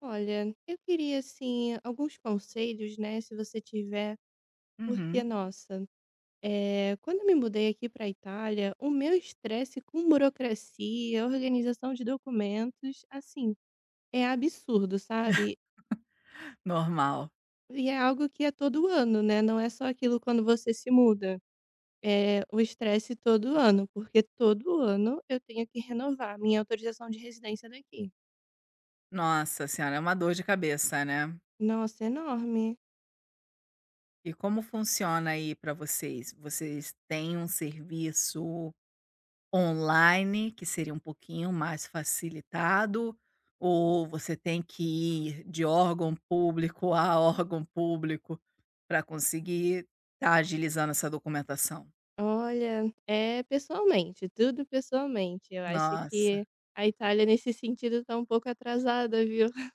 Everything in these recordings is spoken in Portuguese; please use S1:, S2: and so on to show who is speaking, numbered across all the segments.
S1: Olha, eu queria assim alguns conselhos, né, se você tiver, porque
S2: Uhum.
S1: nossa, quando eu me mudei aqui para a Itália, o meu estresse com burocracia, organização de documentos, assim, é absurdo, sabe?
S2: Normal.
S1: E é algo que é todo ano, né? Não é só aquilo quando você se muda. É o estresse todo ano, porque todo ano eu tenho que renovar minha autorização de residência daqui.
S2: Nossa senhora, é uma dor de cabeça, né.
S1: Nossa, é enorme.
S2: E como funciona aí para vocês? Vocês têm um serviço online que seria um pouquinho mais facilitado, ou você tem que ir de órgão público a órgão público para conseguir tá agilizando essa documentação?
S1: Olha, é pessoalmente, tudo pessoalmente. Eu acho
S2: Nossa,
S1: que a Itália, nesse sentido, tá um pouco atrasada, viu?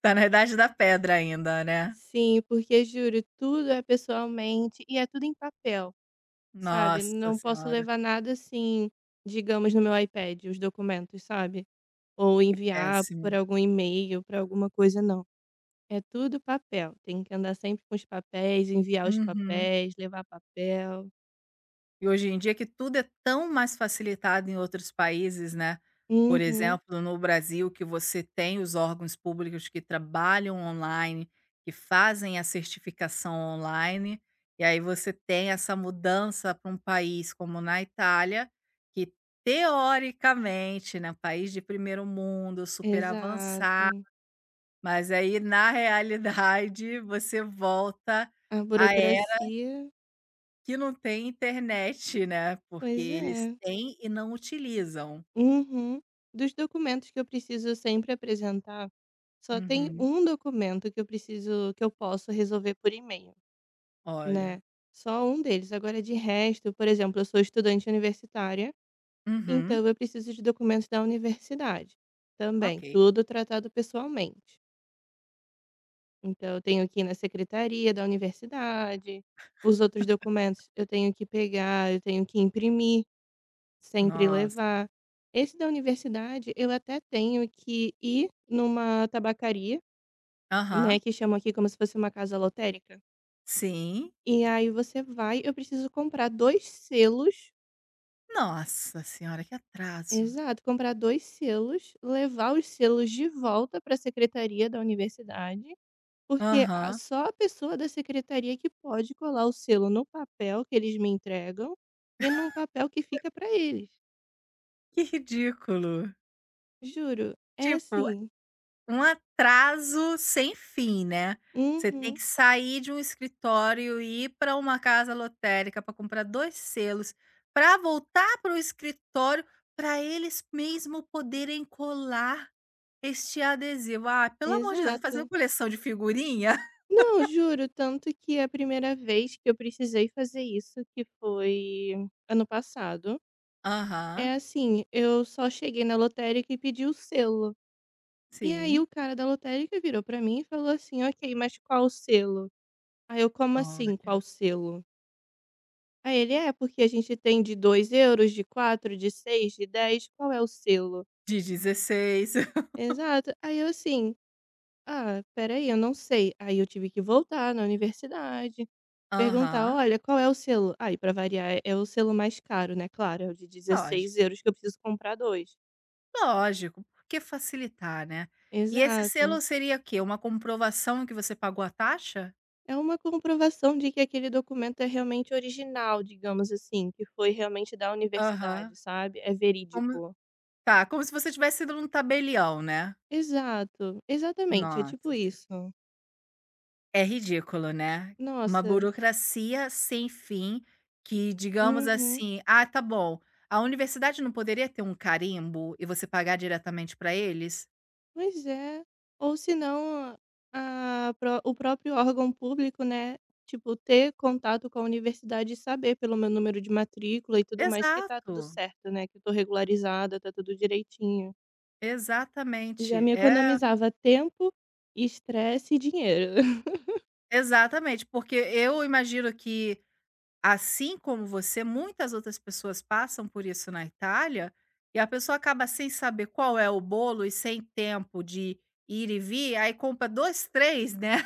S2: tá na idade da pedra ainda, né.
S1: Sim, porque juro, tudo é pessoalmente e é tudo em papel, sabe?
S2: Nossa
S1: Não posso
S2: senhora,
S1: levar nada assim, digamos, no meu iPad, os documentos, sabe? Ou enviar
S2: péssimo.
S1: por algum e-mail, para alguma coisa, não. É tudo papel. Tem que andar sempre com os papéis, enviar os
S2: Uhum.
S1: papéis, levar papel.
S2: E hoje em dia que tudo é tão mais facilitado em outros países, né, por
S1: Uhum,
S2: exemplo, no Brasil que você tem os órgãos públicos que trabalham online, que fazem a certificação online, e aí você tem essa mudança para um país como na Itália, que teoricamente, né, país de primeiro mundo, super avançado,
S1: exato.
S2: mas aí na realidade você volta
S1: A
S2: à
S1: burocracia.
S2: que não tem internet, né, porque
S1: Pois
S2: eles
S1: é.
S2: têm e não utilizam.
S1: Uhum. Dos documentos que eu preciso sempre apresentar, só tem
S2: Uhum.
S1: um documento que eu preciso que eu posso resolver por e-mail, né.
S2: Olha.
S1: Só um deles. Agora de resto, por exemplo, eu sou estudante universitária,
S2: Uhum.
S1: então eu preciso de documentos da universidade,
S2: Ok.
S1: também, tudo tratado pessoalmente. Então eu tenho que ir na secretaria da universidade, os outros documentos eu tenho que pegar, eu tenho que imprimir. Sempre
S2: Nossa.
S1: levar. Esse da universidade, eu até tenho que ir numa tabacaria,
S2: Aham.
S1: né, que chamam aqui como se fosse uma casa lotérica,
S2: Sim.
S1: e aí você vai eu preciso comprar 2 selos
S2: Nossa senhora, que atraso.
S1: exato, comprar 2 selos, levar os selos de volta para a secretaria da universidade, porque a
S2: Aham.
S1: só a pessoa da secretaria que pode colar o selo no papel que eles me entregam e num papel que fica para eles.
S2: Que ridículo.
S1: Juro, é
S2: Tipo,
S1: assim.
S2: um atraso sem fim, né. Você tem
S1: Uhum,
S2: que sair de um escritório e ir para uma casa lotérica para comprar 2 selos, para voltar para o escritório, para eles mesmo poderem colar este adesivo, ah, pelo amor de Deus, fazer
S1: exato.
S2: coleção de figurinha?
S1: Não, juro, tanto que a primeira vez que eu precisei fazer isso, que foi ano passado,
S2: Aham,
S1: é assim, eu só cheguei na lotérica e pedi o selo. E aí
S2: sim.
S1: o cara da lotérica virou pra mim e falou assim: "Ok, mas qual selo?". Aí eu: "Como assim, qual
S2: Olha.
S1: selo?". Aí ele: "É, porque a gente tem de €2, de 4, de 6, de 10. Qual é o selo?".
S2: De 16.
S1: Exato. Aí eu assim: "Ah, espera aí, eu não sei". Aí eu tive que voltar na universidade. Perguntar:
S2: Aham,
S1: "Olha, qual é o selo?" Aí, para variar, é o selo mais caro, né, claro, é o de
S2: lógico,
S1: €16 que eu preciso comprar dois
S2: lógico, por que facilitar, né. E esse
S1: exato.
S2: selo seria o quê? Uma comprovação que você pagou a taxa?
S1: É uma comprovação de que aquele documento é realmente original, digamos assim, que foi realmente da
S2: Aham,
S1: universidade, sabe, é
S2: como
S1: verídico.
S2: tá, como se você tivesse ido num tabelião, né.
S1: Exato, exatamente, é tipo
S2: Nossa.
S1: isso.
S2: É ridículo, né. Uma
S1: Nossa,
S2: burocracia sem fim que, digamos
S1: uhum.
S2: assim: "Ah, tá bom, a universidade não poderia ter um carimbo e você pagar diretamente para eles?"
S1: Pois é. Ou se não, a pró o próprio órgão público, né, tipo, ter contato com a universidade e saber pelo meu número de matrícula e tudo mais que está
S2: Exato,
S1: tudo certo, né, que eu estou regularizada, está tudo direitinho. Já
S2: exatamente.
S1: me
S2: É,
S1: economizava tempo, estresse e dinheiro.
S2: exatamente, porque eu imagino que, assim como você, muitas outras pessoas passam por isso na Itália, e a pessoa acaba sem saber qual é o bolo e sem tempo de ir e vir, aí compra 2, 3, né.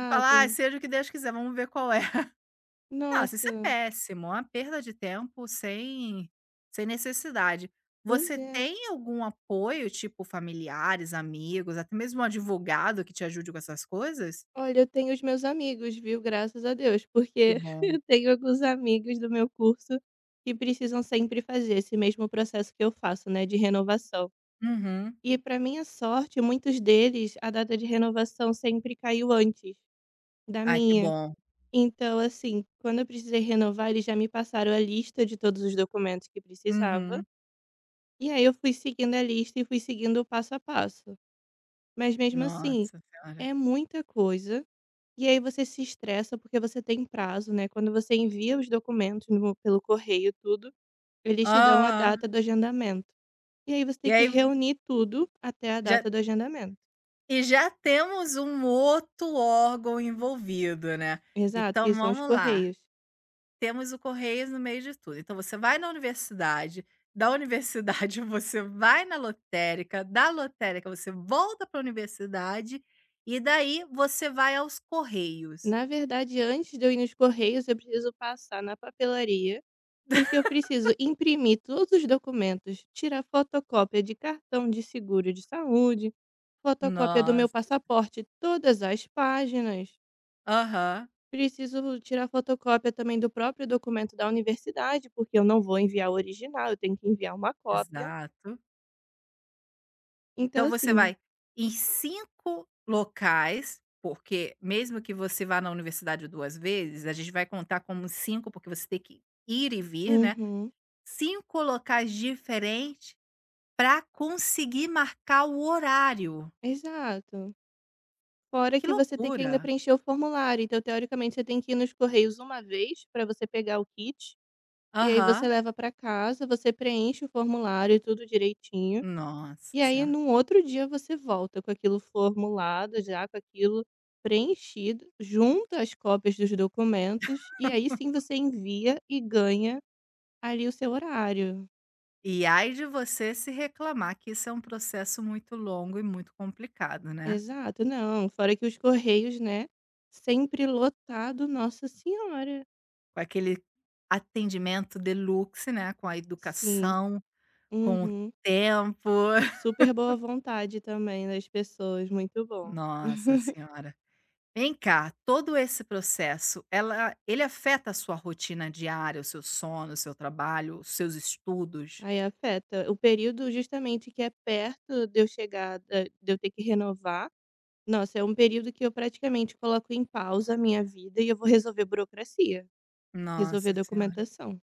S2: E falar: "Ai, seja o que Deus quiser, vamos ver qual é". Nossa, isso é
S1: Nossa,
S2: péssimo, é uma perda de tempo sem sem necessidade.
S1: pois
S2: Você
S1: é.
S2: tem algum apoio, tipo familiares, amigos, até mesmo um advogado que te ajude com essas coisas?
S1: Olha, eu tenho os meus amigos, viu, graças a Deus,
S2: Que
S1: porque
S2: bom.
S1: eu tenho alguns amigos do meu curso que precisam sempre fazer esse mesmo processo que eu faço, né, de renovação.
S2: Uhum.
S1: E para minha sorte, muitos deles, a data de renovação sempre caiu antes da
S2: Ai, que
S1: minha.
S2: bom.
S1: Então, assim, quando eu precisei renovar, eles já me passaram a lista de todos os documentos que precisava.
S2: Uhum.
S1: E aí eu fui seguindo a lista e fui seguindo o passo a passo. Mas mesmo assim,
S2: Nossa senhora.
S1: é muita coisa. E aí você se estressa, porque você tem prazo, né, quando você envia os documentos no pelo correio, tudo, eles te dão a
S2: Ah,
S1: data do agendamento. E aí você
S2: e
S1: tem que
S2: aí
S1: reunir tudo até a
S2: já
S1: data do agendamento.
S2: já temos um outro órgão envolvido, né.
S1: Exato,
S2: Então
S1: que são os
S2: vamos lá.
S1: correios.
S2: Temos o correios no meio de tudo. Então você vai na universidade, da universidade você vai na lotérica, da lotérica você volta para a universidade, e daí você vai aos Correios.
S1: Na verdade, antes de eu ir nos correios, eu preciso passar na papelaria, porque eu preciso imprimir todos os documentos, tirar fotocópia de cartão de seguro de saúde, fotocópia do meu
S2: Nossa.
S1: passaporte, todas as páginas.
S2: Aham,
S1: Preciso tirar fotocópia também do próprio documento da universidade, porque eu não vou enviar o original, eu tenho que enviar uma cópia.
S2: exato.
S1: Então,
S2: Então você
S1: assim,
S2: vai em 5 locais, porque mesmo que você vá na universidade 2 vezes, a gente vai contar como 5 porque você tem que ir e vir, né,
S1: uhum,
S2: 5 locais diferentes para conseguir marcar o horário.
S1: exato. Fora
S2: Que
S1: que você tem que ainda
S2: loucura.
S1: preencher o formulário, então teoricamente você tem que ir nos correios uma vez para você pegar o kit, e aí você
S2: Aham.
S1: leva para casa, você preenche o formulário, tudo direitinho.
S2: Nossa
S1: E aí
S2: senhora.
S1: num outro dia você volta com aquilo formulado, já com aquilo preenchido, junta as cópias dos documentos, e aí sim você envia e ganha ali o seu horário.
S2: E ai de você se reclamar que isso é um processo muito longo e muito complicado, né.
S1: Exato, não, fora que os correios, né, sempre lotado, nossa senhora.
S2: Com aquele atendimento deluxe, né, com a
S1: Sim,
S2: educação, com o
S1: uhum.
S2: tempo.
S1: Super boa vontade também das pessoas, muito bom.
S2: Nossa senhora. Vem cá, todo esse processo, ela ele afeta a sua rotina diária, o seu sono, o seu trabalho, os seus estudos?
S1: Aí afeta o período justamente que é perto de eu chegar da de eu ter que renovar. Nossa, é um período que eu praticamente coloco em pausa a minha vida e eu vou resolver burocracia, resolver
S2: Nossa senhora.
S1: documentação.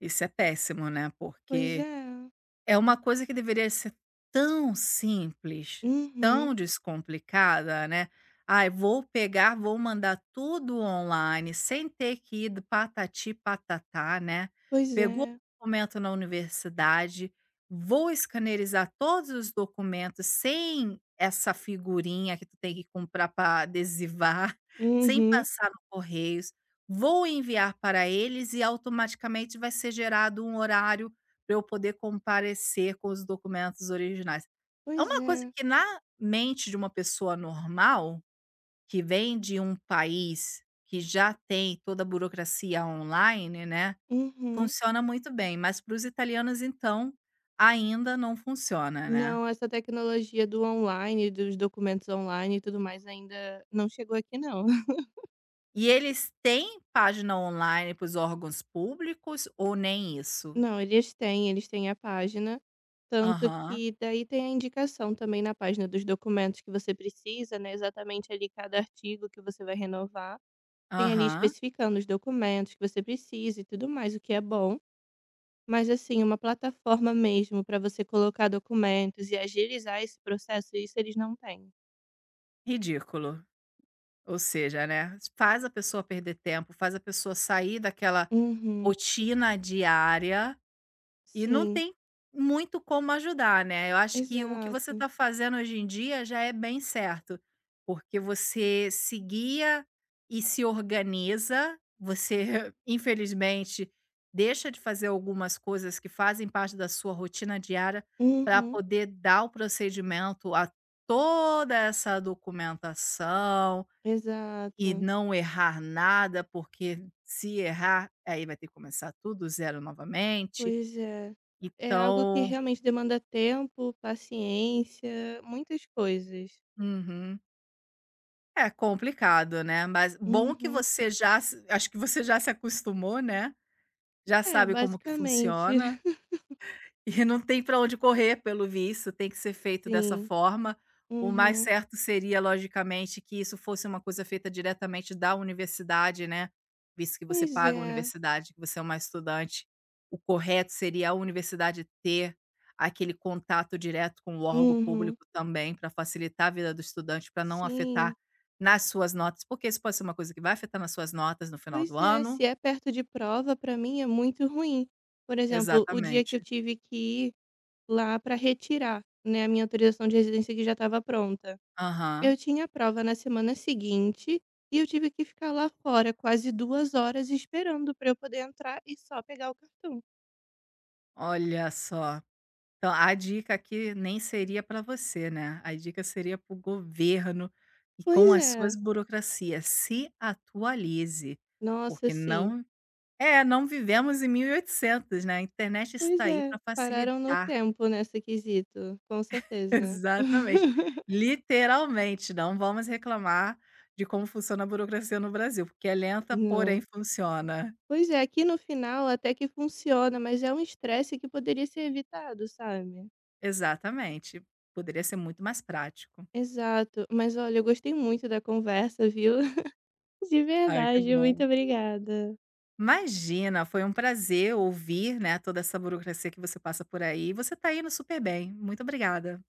S2: Isso é péssimo, né,
S1: Pois
S2: porque,
S1: é.
S2: é uma coisa que deveria ser tão simples,
S1: Uhum.
S2: tão descomplicada, né. "Ai, vou pegar, vou mandar tudo online", sem ter que ir do patati patatá, né.
S1: Pois
S2: Pegou o
S1: é.
S2: documento na universidade, vou escanerizar todos os documentos sem essa figurinha que tu tem que comprar para adesivar, sem
S1: Uhum.
S2: passar no Correios, vou enviar para eles e automaticamente vai ser gerado um horário para eu poder comparecer com os documentos originais. É
S1: Pois
S2: uma coisa
S1: é.
S2: que na mente de uma pessoa normal, que vem de um país que já tem toda a burocracia online, né,
S1: Uhum.
S2: funciona muito bem, mas para os italianos então, ainda não funciona, né.
S1: Não, essa tecnologia do online, dos documentos online e tudo mais ainda não chegou aqui não.
S2: E eles têm página online para os órgãos públicos ou nem isso?
S1: Não, eles têm a página, tanto
S2: Aham,
S1: que daí tem a indicação também na página dos documentos que você precisa, né, exatamente ali cada artigo que você vai renovar. Tem ali
S2: aham.
S1: especificando os documentos que você precisa e tudo mais, o que é bom. Mas assim, uma plataforma mesmo para você colocar documentos e agilizar esse processo, isso eles não têm.
S2: Ridículo. Ou seja, né, faz a pessoa perder tempo, faz a pessoa sair daquela
S1: Uhum.
S2: rotina diária e não
S1: Sim,
S2: tem muito como ajudar, né. Eu acho que o que você
S1: exato.
S2: está fazendo hoje em dia já é bem certo, porque você se guia e se organiza, você infelizmente deixa de fazer algumas coisas que fazem parte da sua rotina diária para
S1: Uhum.
S2: poder dar o procedimento a toda essa documentação e
S1: Exato.
S2: não errar nada, porque se errar, aí vai ter que começar tudo do zero novamente.
S1: Pois é. É algo que
S2: Então
S1: realmente demanda tempo, paciência, muitas coisas.
S2: uhum. É complicado, né, mas bom que
S1: Uhum.
S2: você já se acho que você já se acostumou, né, já
S1: É,
S2: sabe como que
S1: basicamente.
S2: funciona. E não tem para onde correr, pelo visto, tem que ser feito dessa
S1: Sim.
S2: forma. O mais
S1: Uhum.
S2: certo seria, logicamente, que isso fosse uma coisa feita diretamente da universidade, né, visto que você
S1: Pois
S2: paga a
S1: é.
S2: universidade, que você é uma estudante. O correto seria a universidade ter aquele contato direto com o órgão
S1: Uhum.
S2: público também, para facilitar a vida do estudante, para não afetar
S1: Sim.
S2: nas suas notas, porque isso pode ser uma coisa que vai afetar nas suas notas no final do
S1: Pois é,
S2: ano.
S1: se é perto de prova, pra mim é muito ruim. Por exemplo, o dia que eu
S2: Exatamente.
S1: tive que ir lá pra retirar, né, a minha autorização de residência que já estava pronta. Eu
S2: Aham.
S1: tinha prova na semana seguinte e eu tive que ficar lá fora quase 2 horas esperando pra eu poder entrar e só pegar o cartão.
S2: Olha só. Então, a dica aqui nem seria para você, né, a dica seria para o governo e com
S1: Pois
S2: as suas
S1: é.
S2: burocracias, se atualize,
S1: Nossa,
S2: porque
S1: sim.
S2: não vivemos em 1800, né, a internet está
S1: Pois
S2: aí para
S1: é, pararam no
S2: facilitar.
S1: tempo nessa quesito, com certeza.
S2: Exatamente, literalmente, não vamos reclamar de como funciona a burocracia no Brasil, porque é lenta, porém
S1: Não.
S2: funciona.
S1: Pois é, aqui no final até que funciona, mas é um estresse que poderia ser evitado, sabe.
S2: Exatamente, poderia ser muito mais prático.
S1: Exato. Mas olha, eu gostei muito da conversa, viu. De
S2: Ai, que
S1: verdade, muito
S2: bom.
S1: obrigada.
S2: Imagina, foi um prazer ouvir, né, toda essa burocracia que você passa por aí, você está indo super bem. Muito obrigada.